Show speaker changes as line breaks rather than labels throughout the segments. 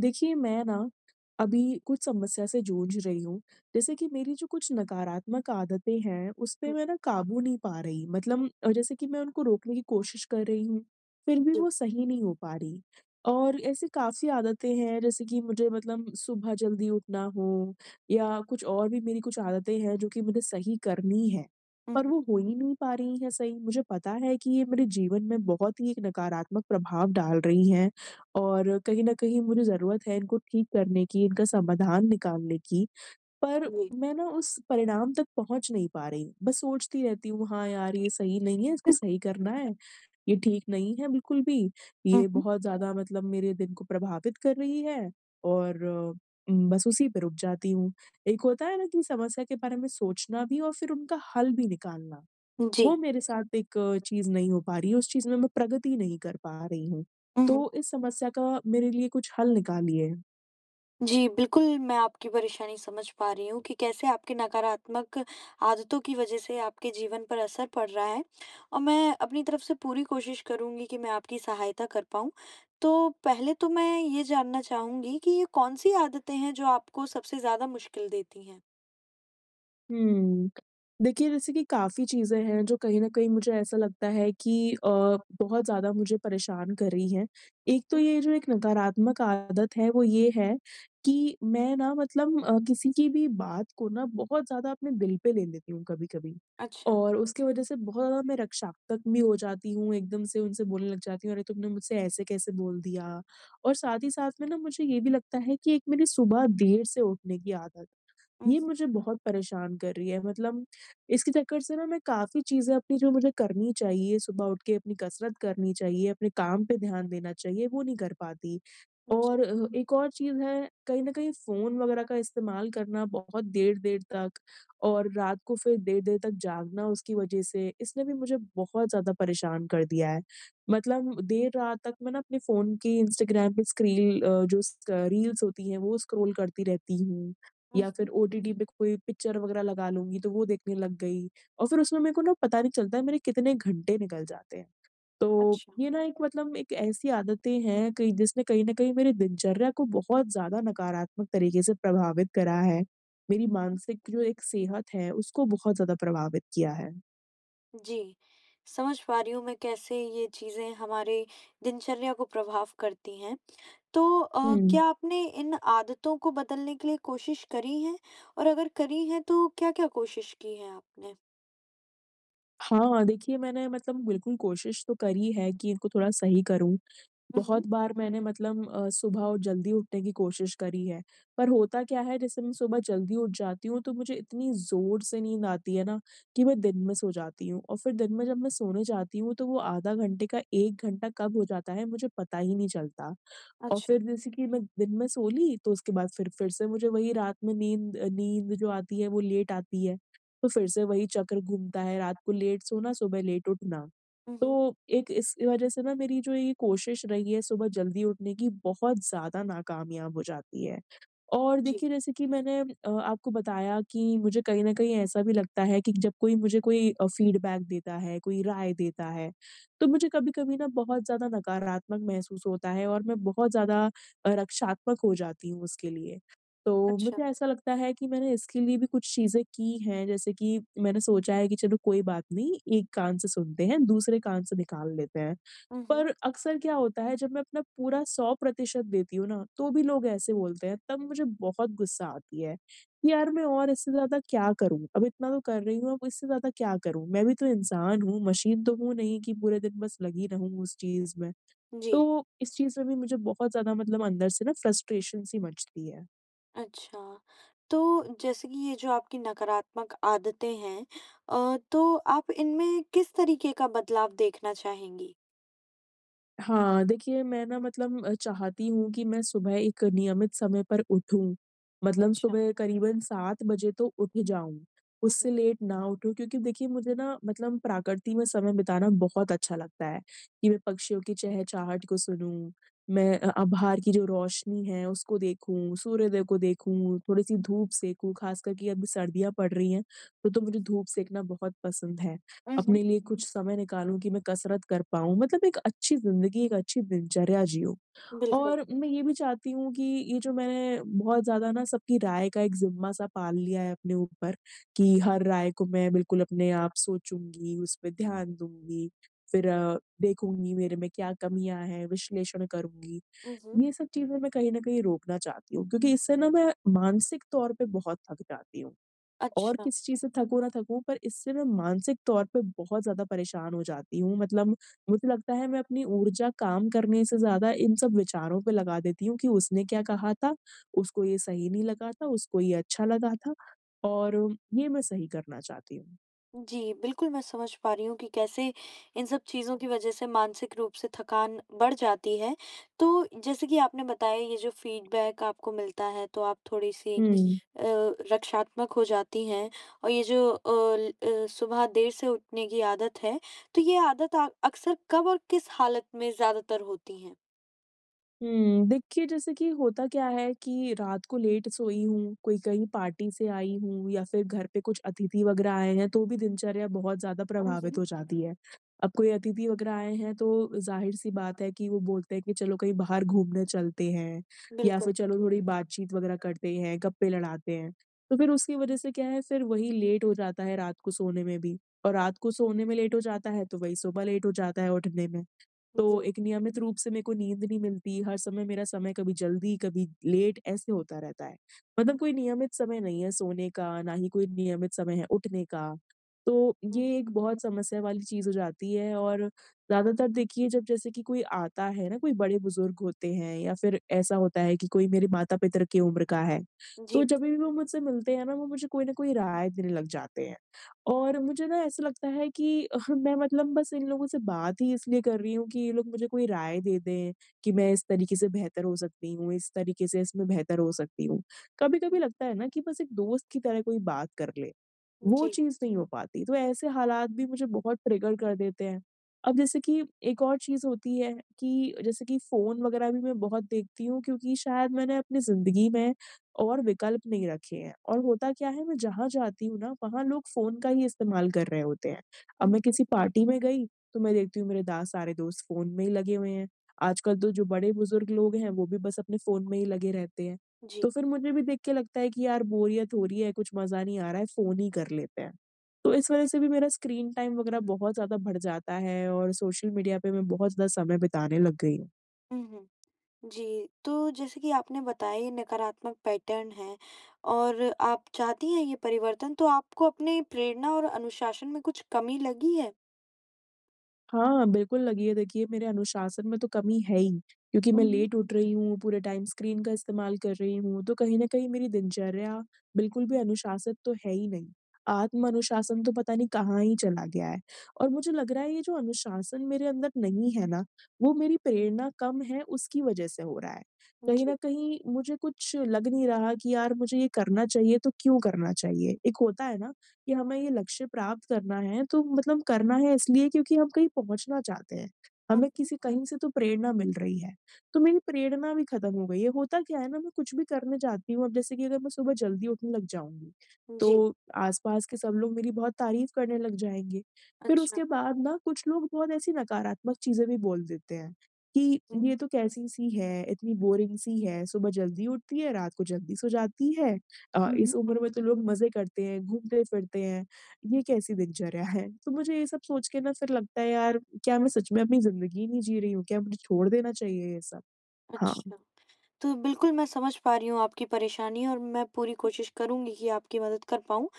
देखिए, मैं ना अभी कुछ समस्या से जूझ रही हूँ। जैसे कि मेरी जो कुछ नकारात्मक आदतें हैं, उसपे
जी,
मैं ना काबू नहीं पा रही। मतलब जैसे कि मैं उनको रोकने की कोशिश कर रही हूँ, फिर भी वो सही नहीं हो पा रही। और ऐसी काफ़ी आदतें हैं जैसे कि मुझे मतलब सुबह जल्दी उठना हो या कुछ और भी मेरी कुछ आदतें हैं जो कि मुझे सही करनी है,
हुँ,
पर
हुँ,
वो हो ही नहीं पा रही हैं सही। मुझे पता है कि ये मेरे जीवन में बहुत ही एक नकारात्मक प्रभाव डाल रही हैं और कहीं न कहीं मुझे ज़रूरत है इनको ठीक करने की, इनका समाधान निकालने की, पर
जी।
मैं ना उस परिणाम तक पहुँच नहीं पा रही हूँ। बस सोचती रहती हूँ, हाँ यार, ये सही नहीं है, इसको सही करना है, ये ठीक नहीं है बिल्कुल भी,
हुँ,
ये
हुँ,
बहुत ज़्यादा मतलब मेरे दिन को प्रभावित कर रही है और बस उसी पे रुक जाती हूँ। एक होता है ना कि समस्या के बारे में सोचना भी और फिर उनका हल भी निकालना।
जी।
वो मेरे साथ एक चीज़ नहीं हो पा रही है, उस चीज़ में मैं प्रगति नहीं कर पा रही हूँ।
हुँ, हुँ।
तो इस समस्या का मेरे लिए कुछ हल निकालिए।
जी, बिल्कुल मैं आपकी परेशानी समझ पा रही हूँ कि कैसे आपकी नकारात्मक आदतों की वज़ह से आपके जीवन पर असर पड़ रहा है और मैं अपनी तरफ से पूरी कोशिश करूँगी कि मैं आपकी सहायता कर पाऊँ। तो पहले तो मैं ये जानना चाहूँगी कि ये कौन-सी आदतें हैं जो आपको सबसे ज़्यादा मुश्किल देती हैं?
हुँ। देखिए, जैसे कि काफ़ी चीज़ें हैं जो कहीं न कहीं मुझे ऐसा लगता है कि बहुत ज़्यादा मुझे परेशान कर रही हैं।
हुँ,
एक तो
हुँ।
ये जो एक नकारात्मक आदत है वो ये है कि मैं ना मतलब किसी की भी बात को ना बहुत ज़्यादा अपने दिल पे ले लेती हूँ कभी-कभी।
अच्छा।
और उसकी वज़ह से बहुत ज़्यादा मैं रक्षात्मक भी हो जाती हूँ, एकदम से उनसे बोलने लग जाती हूँ, "अरे! तुमने मुझसे ऐसे कैसे बोल दिया?" और साथ ही साथ में ना मुझे ये भी लगता है कि एक मेरी सुबह देर से उठने की आदत
हुँ,
ये मुझे बहुत परेशान कर रही है मतलब इसके चक्कर से ना मैं काफ़ी चीज़ें अपनी जो मुझे करनी चाहिए, सुबह उठ के अपनी कसरत करनी चाहिए, अपने काम पे ध्यान देना चाहिए, वो नहीं कर पाती।
हुँ,
और
जी।
एक और चीज़ है, कहीं न कहीं फ़ोन वग़ैरह का इस्तेमाल करना बहुत देर-देर तक और रात को फिर देर-देर तक जागना उसकी वज़ह से, इसने भी मुझे बहुत ज़्यादा परेशान कर दिया है। मतलब देर रात तक मैं ना अपने फ़ोन की इंस्टाग्राम पे स्क्रील जो स रील्स होती हैं, वो स्क्रॉल करती रहती हूँ।
हुँ,
या फिर
हुँ।
ओटीटी पे कोई पिक्चर वगैरह लगा लूँगी तो वो देखने लग गई और फिर उसमें मेरे को ना पता नहीं चलता है मेरे कितने घंटे निकल जाते हैं। तो
अच्छा।
ये ना एक मतलब एक ऐसी आदतें हैं कि जिसने कहीं न कहीं मेरी दिनचर्या को बहुत ज़्यादा नकारात्मक तरीके से प्रभावित करा है। मेरी
हुँ।
मानसिक जो एक सेहत है उसको बहुत ज़्यादा प्रभावित किया है।
जी, समझ पा रही हूँ मैं कैसे ये चीज़ें हमारे दिनचर्या को प्रभाव करती हैं। तो
हुँ।
क्या आपने इन आदतों को बदलने के लिए कोशिश करी है? और अगर करी है तो क्या-क्या कोशिश की है आपने?
हाँ, देखिए मैंने मतलब बिल्कुल कोशिश तो करी है कि इनको थोड़ा सही करूँ।
हुँ, हुँ,
बहुत बार मैंने मतलब सुबह और जल्दी उठने की कोशिश करी है, पर होता क्या है जैसे मैं सुबह जल्दी उठ जाती हूँ तो मुझे इतनी ज़ोर से नींद आती है ना कि मैं दिन में सो जाती हूँ और फिर दिन में जब मैं सोने जाती हूँ तो वो आधा घंटे का 1 घंटा कब हो जाता है मुझे पता ही नहीं चलता। और
अच्छा।
फिर जैसे कि मैं दिन में सो ली, तो उसके बाद फिर से मुझे वही रात में नींद अ, नींद जो आती है वो लेट आती है। तो फिर से वही चक्र घूमता है, रात को लेट सोना, सुबह लेट उठना।
हुँ, हुँ,
तो एक इस वज़ह से ना मेरी जो ये कोशिश रही है सुबह जल्दी उठने की बहुत ज़्यादा नाकामयाब हो जाती है। और
जी,
देखिए जैसे कि मैंने आपको बताया कि मुझे कहीं न कहीं ऐसा भी लगता है कि जब कोई मुझे कोई फ़ीडबैक देता है, कोई राय देता है तो मुझे कभी-कभी ना बहुत ज़्यादा नकारात्मक महसूस होता है और मैं बहुत ज़्यादा रक्षात्मक हो जाती हूँ उसके लिए। तो
अच्छा।
मुझे ऐसा लगता है कि मैंने इसके लिए भी कुछ चीज़ें की हैं, जैसे कि मैंने सोचा है कि चलो कोई बात नहीं, एक कान से सुनते हैं, दूसरे कान से निकाल लेते हैं।
हुँ, हुँ,
पर अक्सर क्या होता है जब मैं अपना पूरा 100% देती हूँ ना, तो भी लोग ऐसे बोलते हैं तब मुझे बहुत गुस्सा आती है, कि यार मैं और इससे ज़्यादा क्या करूँ? अब इतना तो कर रही हूँ अब इससे ज़्यादा क्या करूँ? मैं भी तो इंसान हूँ, मशीन तो हूँ नहीं कि पूरे दिन बस लगी रहूँ उस चीज़ में।
जी,
तो इस चीज़ में भी मुझे बहुत ज़्यादा मतलब अंदर से ना फ्रस्ट्रेशन सी मचती है।
अच्छा। तो जैसे कि ये जो आपकी नकारात्मक आदतें हैं तो आप इनमें किस तरीके का बदलाव देखना चाहेंगी?
हाँ, देखिए मैं ना मतलब चाहती हूँ कि मैं सुबह एक नियमित समय पर उठूँ। मतलब
अच्छा।
सुबह करीबन 7 बजे तो उठ जाऊँ,
हुँ,
उससे
हुँ,
लेट ना उठूँ क्योंकि देखिए मुझे ना मतलब प्रकृति में समय बिताना बहुत अच्छा लगता है, कि मैं पक्षियों की चहचहाट को सुनूँ, मैं बाहर की जो रोशनी है उसको देखूँ, सूर्योदय को देखूँ, थोड़ी-सी धूप सेकूँ, ख़ास करके अभी सर्दियाँ पड़ रही हैं, तो मुझे धूप सेकना बहुत पसंद है।
हुँ,
अपने लिए कुछ समय निकालूँ कि मैं कसरत कर पाऊँ। मतलब एक अच्छी ज़िंदगी, एक अच्छी दिनचर्या जिऊँ।
हुँ, बिल्कुल।
और मैं ये भी चाहती हूँ कि ये जो मैंने बहुत ज़्यादा ना सबकी राय का एक ज़िम्मा-सा पाल लिया है अपने ऊपर कि हर राय को मैं बिल्कुल अपने आप सोचूँगी, उस पे हुँ। ध्यान दूँगी, फिर देखूँगी मेरे में क्या कमियाँ हैं, विश्लेषण करूँगी।
हुँ, हुँ,
ये सब चीज़ें मैं कहीं न कहीं रोकना चाहती हूँ क्योंकि इससे ना मैं मानसिक तौर पे बहुत थक जाती हूँ। और
अच्छा।
किसी चीज़ से थकूँ ना थकूँ पर इससे मैं मानसिक तौर पे बहुत ज़्यादा परेशान हो जाती हूँ। मतलब मुझे लगता है मैं अपनी ऊर्जा काम करने से ज़्यादा इन सब विचारों पे लगा देती हूँ कि उसने क्या कहा था? उसको ये सही नहीं लगा था, उसको ये अच्छा लगा था और ये मैं सही करना चाहती हूँ।
जी, बिल्कुल मैं समझ पा रही हूँ कि कैसे इन सब चीज़ों की वजह से मानसिक रूप से थकान बढ़ जाती है। तो जैसे कि आपने बताया ये जो फीडबैक आपको मिलता है तो आप थोड़ी-सी
हुँ।
रक्षात्मक हो जाती हैं और ये जो सुबह देर से उठने की आदत है, तो ये आदत आ अक्सर कब और किस हालत में ज़्यादातर होती है?
देखिए जैसे कि होता क्या है कि रात को लेट सोई हूँ, कोई कहीं पार्टी से आई हूँ या फिर घर पे कुछ अतिथि वगैरह आए हैं, तो भी दिनचर्या बहुत ज़्यादा
हाँ
प्रभावित
जी।
हो जाती है। अब कोई अतिथि वगैरह आए हैं तो ज़ाहिर-सी बात है कि वो बोलते हैं कि चलो कहीं बाहर घूमने चलते हैं या फिर
बिल्कुल,
चलो थोड़ी बातचीत वगैरह करते हैं, गप्पे लड़ाते हैं। तो फिर उसकी वजह से क्या है फिर वही लेट हो जाता है रात को सोने में भी और रात को सोने में लेट हो जाता है, तो वही सुबह लेट हो जाता है उठने में। तो
जी।
एक नियमित रूप से मेरे को नींद नहीं मिलती, हर समय मेरा समय कभी जल्दी, कभी लेट ऐसे होता रहता है। मतलब कोई नियमित समय नहीं है सोने का, ना ही कोई नियमित समय है उठने का। तो
हम्म,
ये एक बहुत समस्या वाली चीज़ हो जाती है और ज़्यादातर देखिए जब जैसे कि कोई आता है ना, कोई बड़े-बुज़ुर्ग होते हैं या फिर ऐसा होता है कि कोई मेरे माता-पितर की उम्र का है, तो
जी।
जभी भी वो मुझसे मिलते हैं ना, वो मुझे कोई न कोई राय देने लग जाते हैं। और मुझे ना ऐसा लगता है कि मैं मतलब बस इन लोगों से बात ही इसलिए कर रही हूँ कि ये लोग मुझे कोई राय दे दें कि मैं इस तरीके से बेहतर हो सकती हूँ, इस तरीके से इसमें बेहतर हो सकती हूँ। कभी-कभी
हुँ। जी,
लगता है ना कि बस एक दोस्त की तरह कोई बात कर ले।
हुँ,
वो
जी,
चीज़ नहीं हो पाती, तो ऐसे हालात भी मुझे बहुत ट्रिगर कर देते हैं। अब जैसे कि एक और चीज़ होती है कि जैसे कि फ़ोन वगैरह भी मैं बहुत देखती हूँ क्योंकि शायद मैंने अपनी ज़िंदगी में और विकल्प नहीं रखे हैं और होता क्या है मैं जहाँ जाती हूँ ना, वहाँ लोग फ़ोन का ही इस्तेमाल कर रहे होते हैं। अब मैं
हुँ,
किसी पार्टी में गई, तो मैं देखती हूँ मेरे दा सारे दोस्त फ़ोन में ही लगे हुए हैं। आजकल तो जो बड़े-बुज़ुर्ग लोग हैं, वो भी बस अपने फ़ोन में ही लगे रहते हैं। तो
जी,
फिर मुझे भी देख के लगता है कि यार बोरियत हो रही है, कुछ मज़ा नहीं आ रहा है, फ़ोन ही कर लेते हैं। तो इस वज़ह से भी मेरा स्क्रीन टाइम वग़ैरह बहुत ज़्यादा बढ़ जाता है और सोशल मीडिया पे मैं बहुत ज़्यादा समय बिताने लग गई हूँ।
हुँ, हुँ। जी, तो जैसे कि आपने बताया ये नकारात्मक पैटर्न है और आप चाहती हैं ये परिवर्तन, तो आपको अपने प्रेरणा और अनुशासन में कुछ कमी लगी है?
हाँ, बिल्कुल लगी है। देखिए, मेरे अनुशासन में तो कमी है ही, क्योंकि मैं
हुँ।
लेट उठ रही हूँ, पूरे टाइम स्क्रीन का इस्तेमाल कर रही हूँ, तो कहीं न कहीं मेरी दिनचर्या बिल्कुल भी अनुशासित तो है ही नहीं। आत्म अनुशासन तो पता नहीं कहाँ ही चला गया है और मुझे लग रहा है ये जो अनुशासन मेरे अंदर नहीं है ना, वो मेरी प्रेरणा कम है, उसकी वज़ह से हो रहा है। कहीं न
जी।
कहीं मुझे कुछ लग नहीं रहा कि यार मुझे ये करना चाहिए, तो क्यों करना चाहिए? एक होता है ना कि हमें ये लक्ष्य प्राप्त करना है, तो मतलब करना है इसलिए क्योंकि हम कहीं पहुँचना चाहते हैं। हमें
हुँ।
किसी कहीं से तो प्रेरणा मिल रही है। तो मेरी प्रेरणा भी ख़त्म हो गई है। होता क्या है ना, मैं कुछ भी करने जाती हूँ, अब जैसे कि अगर मैं सुबह जल्दी उठने लग जाऊँगी,
जी,
तो आस-पास के सब लोग मेरी बहुत तारीफ़ करने लग जाएँगे। फिर
अच्छा।
उसके बाद ना कुछ लोग बहुत ऐसी नकारात्मक चीज़ें भी बोल देते हैं कि,
हुँ।
"ये तो कैसी-सी है, इतनी बोरिंग सी है, सुबह जल्दी उठती है, रात को जल्दी सो जाती है।" इस
हुँ।
उम्र में तो लोग मज़े करते हैं, घूमते-फिरते हैं, ये कैसी दिनचर्या है? तो मुझे ये सब सोच के ना फिर लगता है यार क्या मैं सच में अपनी ज़िंदगी नहीं जी रही हूँ? क्या मुझे छोड़ देना चाहिए ये सब? हाँ।
अच्छा, तो बिल्कुल मैं समझ पा रही हूँ आपकी परेशानी और मैं पूरी कोशिश करूँगी कि आपकी मदद कर पाऊँ।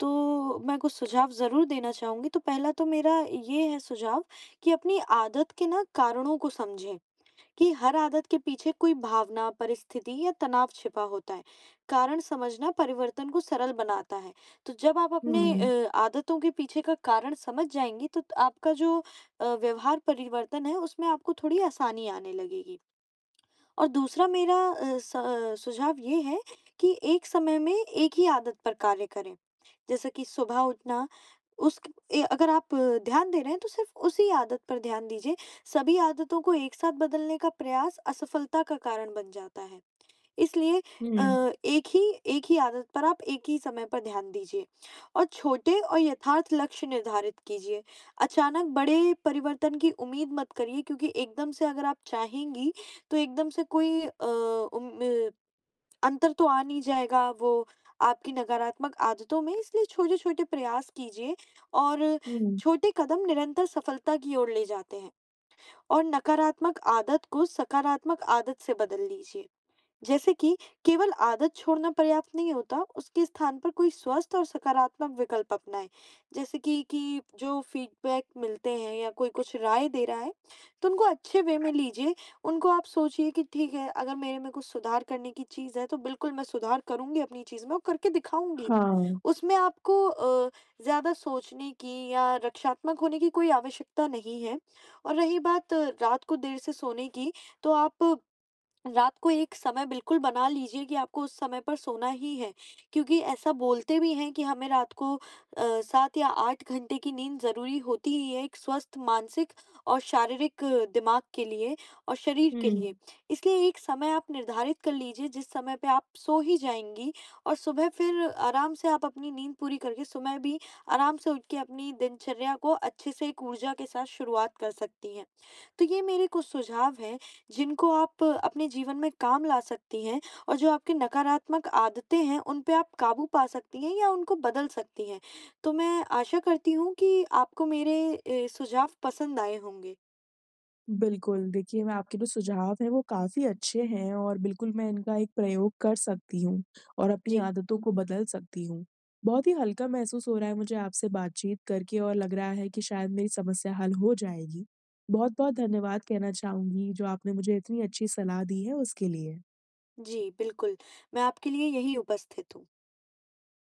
तो मैं कुछ सुझाव ज़रूर देना चाहूँगी, तो पहला तो मेरा ये है सुझाव कि अपनी आदत के ना कारणों को समझें। कि हर आदत के पीछे कोई भावना, परिस्थिति या तनाव छिपा होता है। कारण समझना परिवर्तन को सरल बनाता है। तो जब आप अपने
हुँ,
आदतों के पीछे का कारण समझ जाएंगी, तो आपका जो व्यवहार परिवर्तन है, उसमें आपको थोड़ी आसानी आने लगेगी। और दूसरा मेरा सुझाव ये है कि एक समय में एक ही आदत पर कार्य करें। जैसे कि सुबह उठना, उस ए अगर आप ध्यान दे रहे हैं तो सिर्फ़ उसी आदत पर ध्यान दीजिए। सभी आदतों को एक साथ बदलने का प्रयास असफलता का कारण बन जाता है। इसलिए अ,
हुँ,
एक ही एक ही आदत पर आप एक ही समय पर ध्यान दीजिए और छोटे और यथार्थ लक्ष्य निर्धारित कीजिए। अचानक बड़े परिवर्तन की उम्मीद मत करिए क्योंकि एकदम से अगर आप चाहेंगी, तो एकदम से कोई अंतर तो आ नहीं जाएगा वो आपकी नकारात्मक आदतों में, इसलिए छोटे-छोटे प्रयास कीजिए और
हुँ,
छोटे कदम निरंतर सफलता की ओर ले जाते हैं और नकारात्मक आदत को सकारात्मक आदत से बदल लीजिए। जैसे कि केवल आदत छोड़ना पर्याप्त नहीं होता, उसके स्थान पर कोई स्वस्थ और सकारात्मक विकल्प अपनाएँ। जैसे कि जो फीडबैक मिलते हैं या कोई कुछ राय दे रहा है, तो उनको अच्छे वे में लीजिए। उनको आप सोचिए कि ठीक है, अगर मेरे में कुछ सुधार करने की चीज़ है, तो बिल्कुल मैं सुधार करूँगी अपनी चीज़ में और करके दिखाऊँगी।
हाँ,
उसमें आपको ज़्यादा सोचने की या रक्षात्मक होने की कोई आवश्यकता नहीं है। और रही बात रात को देर से सोने की, तो आप रात को एक समय बिल्कुल बना लीजिए कि आपको उस समय पर सोना ही है, क्योंकि ऐसा बोलते भी हैं कि हमें रात को 7 या 8 घंटे की नींद ज़रूरी होती ही है, एक स्वस्थ मानसिक और शारीरिक दिमाग के लिए और शरीर के
हुँ।
लिए। इसलिए एक समय आप निर्धारित कर लीजिए जिस समय पे आप सो ही जाएँगी और सुबह फिर आराम से आप अपनी नींद पूरी करके सुबह भी आराम से उठ के अपनी दिनचर्या को अच्छे से एक ऊर्जा के साथ शुरुआत कर सकती हैं। तो ये मेरे कुछ सुझाव हैं जिनको आप अपने जीवन में काम ला सकती हैं और जो आपकी नकारात्मक आदतें हैं, उन पे आप काबू पा सकती हैं या उनको बदल सकती हैं। तो मैं आशा करती हूँ कि आपको मेरे सुझाव पसंद आए होंगे।
बिल्कुल, देखिए मैं आपके जो सुझाव हैं वो काफ़ी अच्छे हैं और बिल्कुल मैं इनका एक प्रयोग कर सकती हूँ और अपनी
जी,
आदतों को बदल सकती हूँ। बहुत ही हल्का महसूस हो रहा है मुझे आपसे बातचीत करके और लग रहा है कि शायद मेरी समस्या हल हो जाएगी। बहुत-बहुत धन्यवाद कहना चाहूँगी जो आपने मुझे इतनी अच्छी सलाह दी है उसके लिए।
जी, बिल्कुल। मैं आपके लिए यहीं उपस्थित हूँ।